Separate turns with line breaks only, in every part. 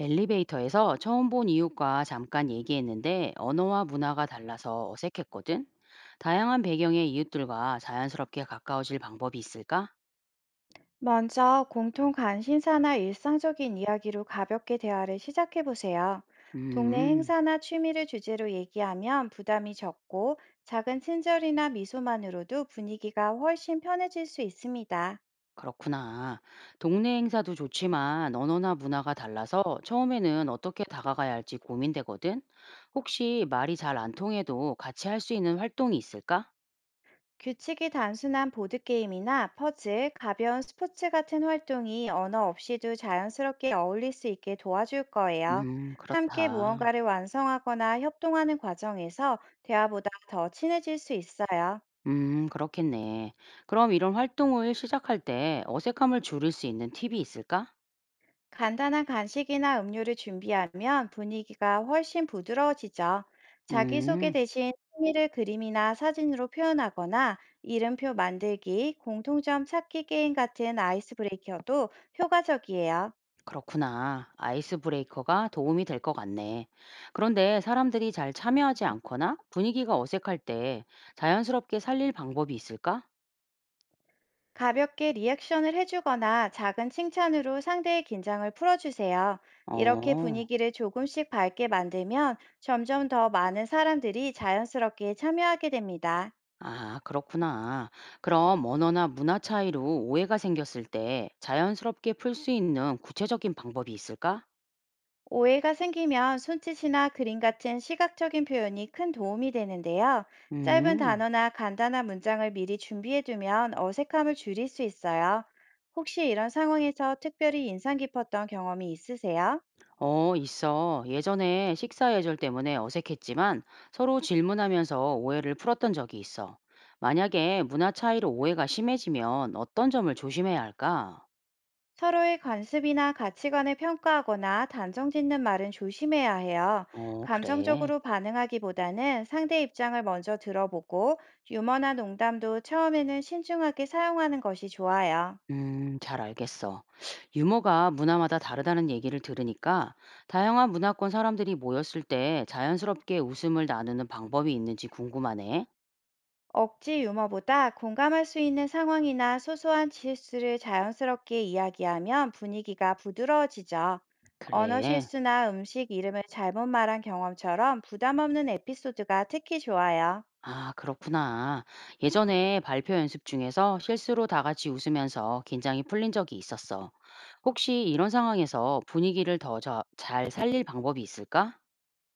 엘리베이터에서 처음 본 이웃과 잠깐 얘기했는데 언어와 문화가 달라서 어색했거든. 다양한 배경의 이웃들과 자연스럽게 가까워질 방법이 있을까?
먼저 공통 관심사나 일상적인 이야기로 가볍게 대화를 시작해 보세요. 동네
음,
행사나 취미를 주제로 얘기하면 부담이 적고, 작은 친절이나 미소만으로도 분위기가 훨씬 편해질 수 있습니다.
그렇구나. 동네 행사도 좋지만 언어나 문화가 달라서 처음에는 어떻게 다가가야 할지 고민되거든. 혹시 말이 잘 안 통해도 같이 할 수 있는 활동이 있을까?
규칙이 단순한 보드게임이나 퍼즐, 가벼운 스포츠 같은 활동이 언어 없이도 자연스럽게 어울릴 수 있게 도와줄 거예요. 함께
그렇다.
무언가를 완성하거나 협동하는 과정에서 대화보다 더 친해질 수 있어요.
그렇겠네. 그럼 이런 활동을 시작할 때 어색함을 줄일 수 있는 팁이 있을까?
간단한 간식이나 음료를 준비하면 분위기가 훨씬 부드러워지죠. 자기소개
음,
대신 취미를 그림이나 사진으로 표현하거나 이름표 만들기, 공통점 찾기 게임 같은 아이스 브레이커도 효과적이에요.
그렇구나. 아이스 브레이커가 도움이 될 것 같네. 그런데 사람들이 잘 참여하지 않거나 분위기가 어색할 때 자연스럽게 살릴 방법이 있을까?
가볍게 리액션을 해주거나 작은 칭찬으로 상대의 긴장을 풀어주세요. 이렇게
어,
분위기를 조금씩 밝게 만들면 점점 더 많은 사람들이 자연스럽게 참여하게 됩니다.
아, 그렇구나. 그럼 언어나 문화 차이로 오해가 생겼을 때 자연스럽게 풀 수 있는 구체적인 방법이 있을까?
오해가 생기면 손짓이나 그림 같은 시각적인 표현이 큰 도움이 되는데요. 짧은
음.
단어나 간단한 문장을 미리 준비해두면 어색함을 줄일 수 있어요. 혹시 이런 상황에서 특별히 인상 깊었던 경험이 있으세요?
어, 있어. 예전에 식사 예절 때문에 어색했지만 서로 질문하면서 오해를 풀었던 적이 있어. 만약에 문화 차이로 오해가 심해지면 어떤 점을 조심해야 할까?
서로의 관습이나 가치관을 평가하거나 단정 짓는 말은 조심해야 해요.
어, 그래.
감정적으로 반응하기보다는 상대 입장을 먼저 들어보고, 유머나 농담도 처음에는 신중하게 사용하는 것이 좋아요.
잘 알겠어. 유머가 문화마다 다르다는 얘기를 들으니까 다양한 문화권 사람들이 모였을 때 자연스럽게 웃음을 나누는 방법이 있는지 궁금하네.
억지 유머보다 공감할 수 있는 상황이나 소소한 실수를 자연스럽게 이야기하면 분위기가 부드러워지죠. 언어
그래.
실수나 음식 이름을 잘못 말한 경험처럼 부담 없는 에피소드가 특히 좋아요.
아, 그렇구나. 예전에 발표 연습 중에서 실수로 다 같이 웃으면서 긴장이 풀린 적이 있었어. 혹시 이런 상황에서 분위기를 더 잘 살릴 방법이 있을까?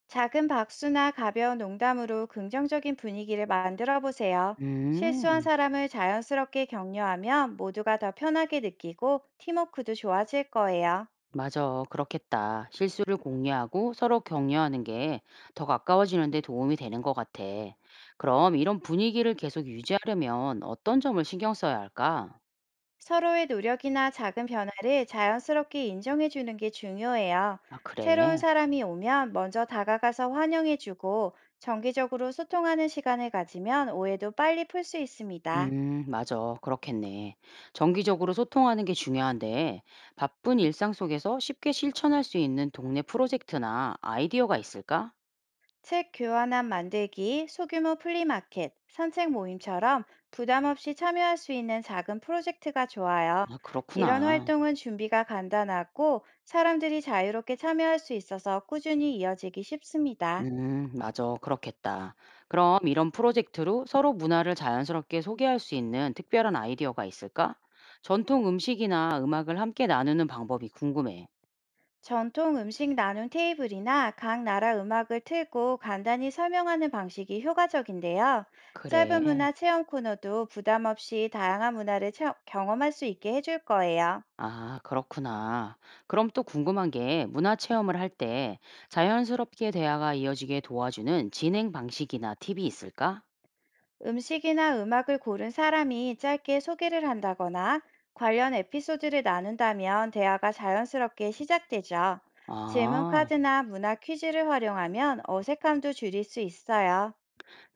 작은 박수나 가벼운 농담으로 긍정적인 분위기를 만들어 보세요. 실수한
음,
사람을 자연스럽게 격려하면 모두가 더 편하게 느끼고 팀워크도 좋아질 거예요.
맞아. 그렇겠다. 실수를 공유하고 서로 격려하는 게 더 가까워지는데 도움이 되는 것 같아. 그럼 이런 분위기를 계속 유지하려면 어떤 점을 신경 써야 할까?
서로의 노력이나 작은 변화를 자연스럽게 인정해 주는 게 중요해요.
아,
새로운
그래.
사람이 오면 먼저 다가가서 환영해 주고, 정기적으로 소통하는 시간을 가지면 오해도 빨리 풀 수 있습니다.
맞아. 그렇겠네. 정기적으로 소통하는 게 중요한데, 바쁜 일상 속에서 쉽게 실천할 수 있는 동네 프로젝트나 아이디어가 있을까?
책 교환함 만들기, 소규모 플리마켓, 산책 모임처럼 부담 없이 참여할 수 있는 작은 프로젝트가 좋아요.
아,
이런
그렇구나.
활동은 준비가 간단하고 사람들이 자유롭게 참여할 수 있어서 꾸준히 이어지기 쉽습니다.
맞아. 그렇겠다. 그럼 이런 프로젝트로 서로 문화를 자연스럽게 소개할 수 있는 특별한 아이디어가 있을까? 전통 음식이나 음악을 함께 나누는 방법이 궁금해.
전통 음식 나눔 테이블이나 각 나라 음악을 틀고 간단히 설명하는 방식이 효과적인데요.
그래.
짧은 문화 체험 코너도 부담 없이 다양한 문화를 경험할 수 있게 해줄 거예요.
아, 그렇구나. 그럼 또 궁금한 게 문화 체험을 할 때 자연스럽게 대화가 이어지게 도와주는 진행 방식이나 팁이 있을까?
음식이나 음악을 고른 사람이 짧게 소개를 한다거나 관련 에피소드를 나눈다면 대화가 자연스럽게 시작되죠. 질문
아,
카드나 문화 퀴즈를 활용하면 어색함도 줄일 수 있어요.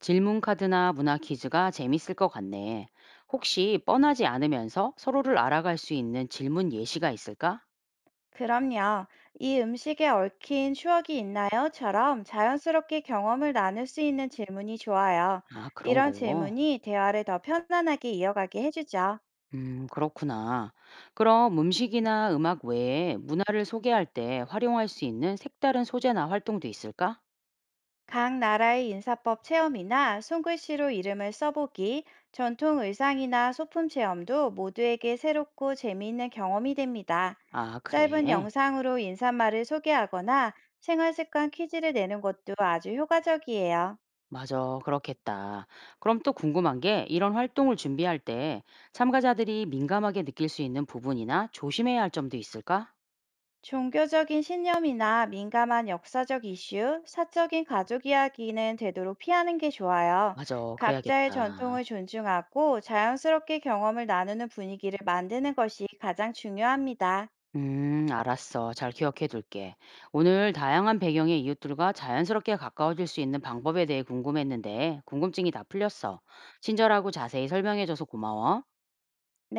질문 카드나 문화 퀴즈가 재밌을 것 같네. 혹시 뻔하지 않으면서 서로를 알아갈 수 있는 질문 예시가 있을까?
그럼요. "이 음식에 얽힌 추억이 있나요?"처럼 자연스럽게 경험을 나눌 수 있는 질문이 좋아요.
아, 그런
이런
거.
질문이 대화를 더 편안하게 이어가게 해주죠.
그렇구나. 그럼 음식이나 음악 외에 문화를 소개할 때 활용할 수 있는 색다른 소재나 활동도 있을까?
각 나라의 인사법 체험이나 손글씨로 이름을 써보기, 전통 의상이나 소품 체험도 모두에게 새롭고 재미있는 경험이 됩니다.
아,
짧은
그래.
영상으로 인사말을 소개하거나 생활 습관 퀴즈를 내는 것도 아주 효과적이에요.
맞아, 그렇겠다. 그럼 또 궁금한 게 이런 활동을 준비할 때 참가자들이 민감하게 느낄 수 있는 부분이나 조심해야 할 점도 있을까?
종교적인 신념이나 민감한 역사적 이슈, 사적인 가족 이야기는 되도록 피하는 게 좋아요.
맞아,
각자의
그래야겠다.
전통을 존중하고 자연스럽게 경험을 나누는 분위기를 만드는 것이 가장 중요합니다.
알았어. 잘 기억해 둘게. 오늘 다양한 배경의 이웃들과 자연스럽게 가까워질 수 있는 방법에 대해 궁금했는데 궁금증이 다 풀렸어. 친절하고 자세히 설명해줘서 고마워.
네.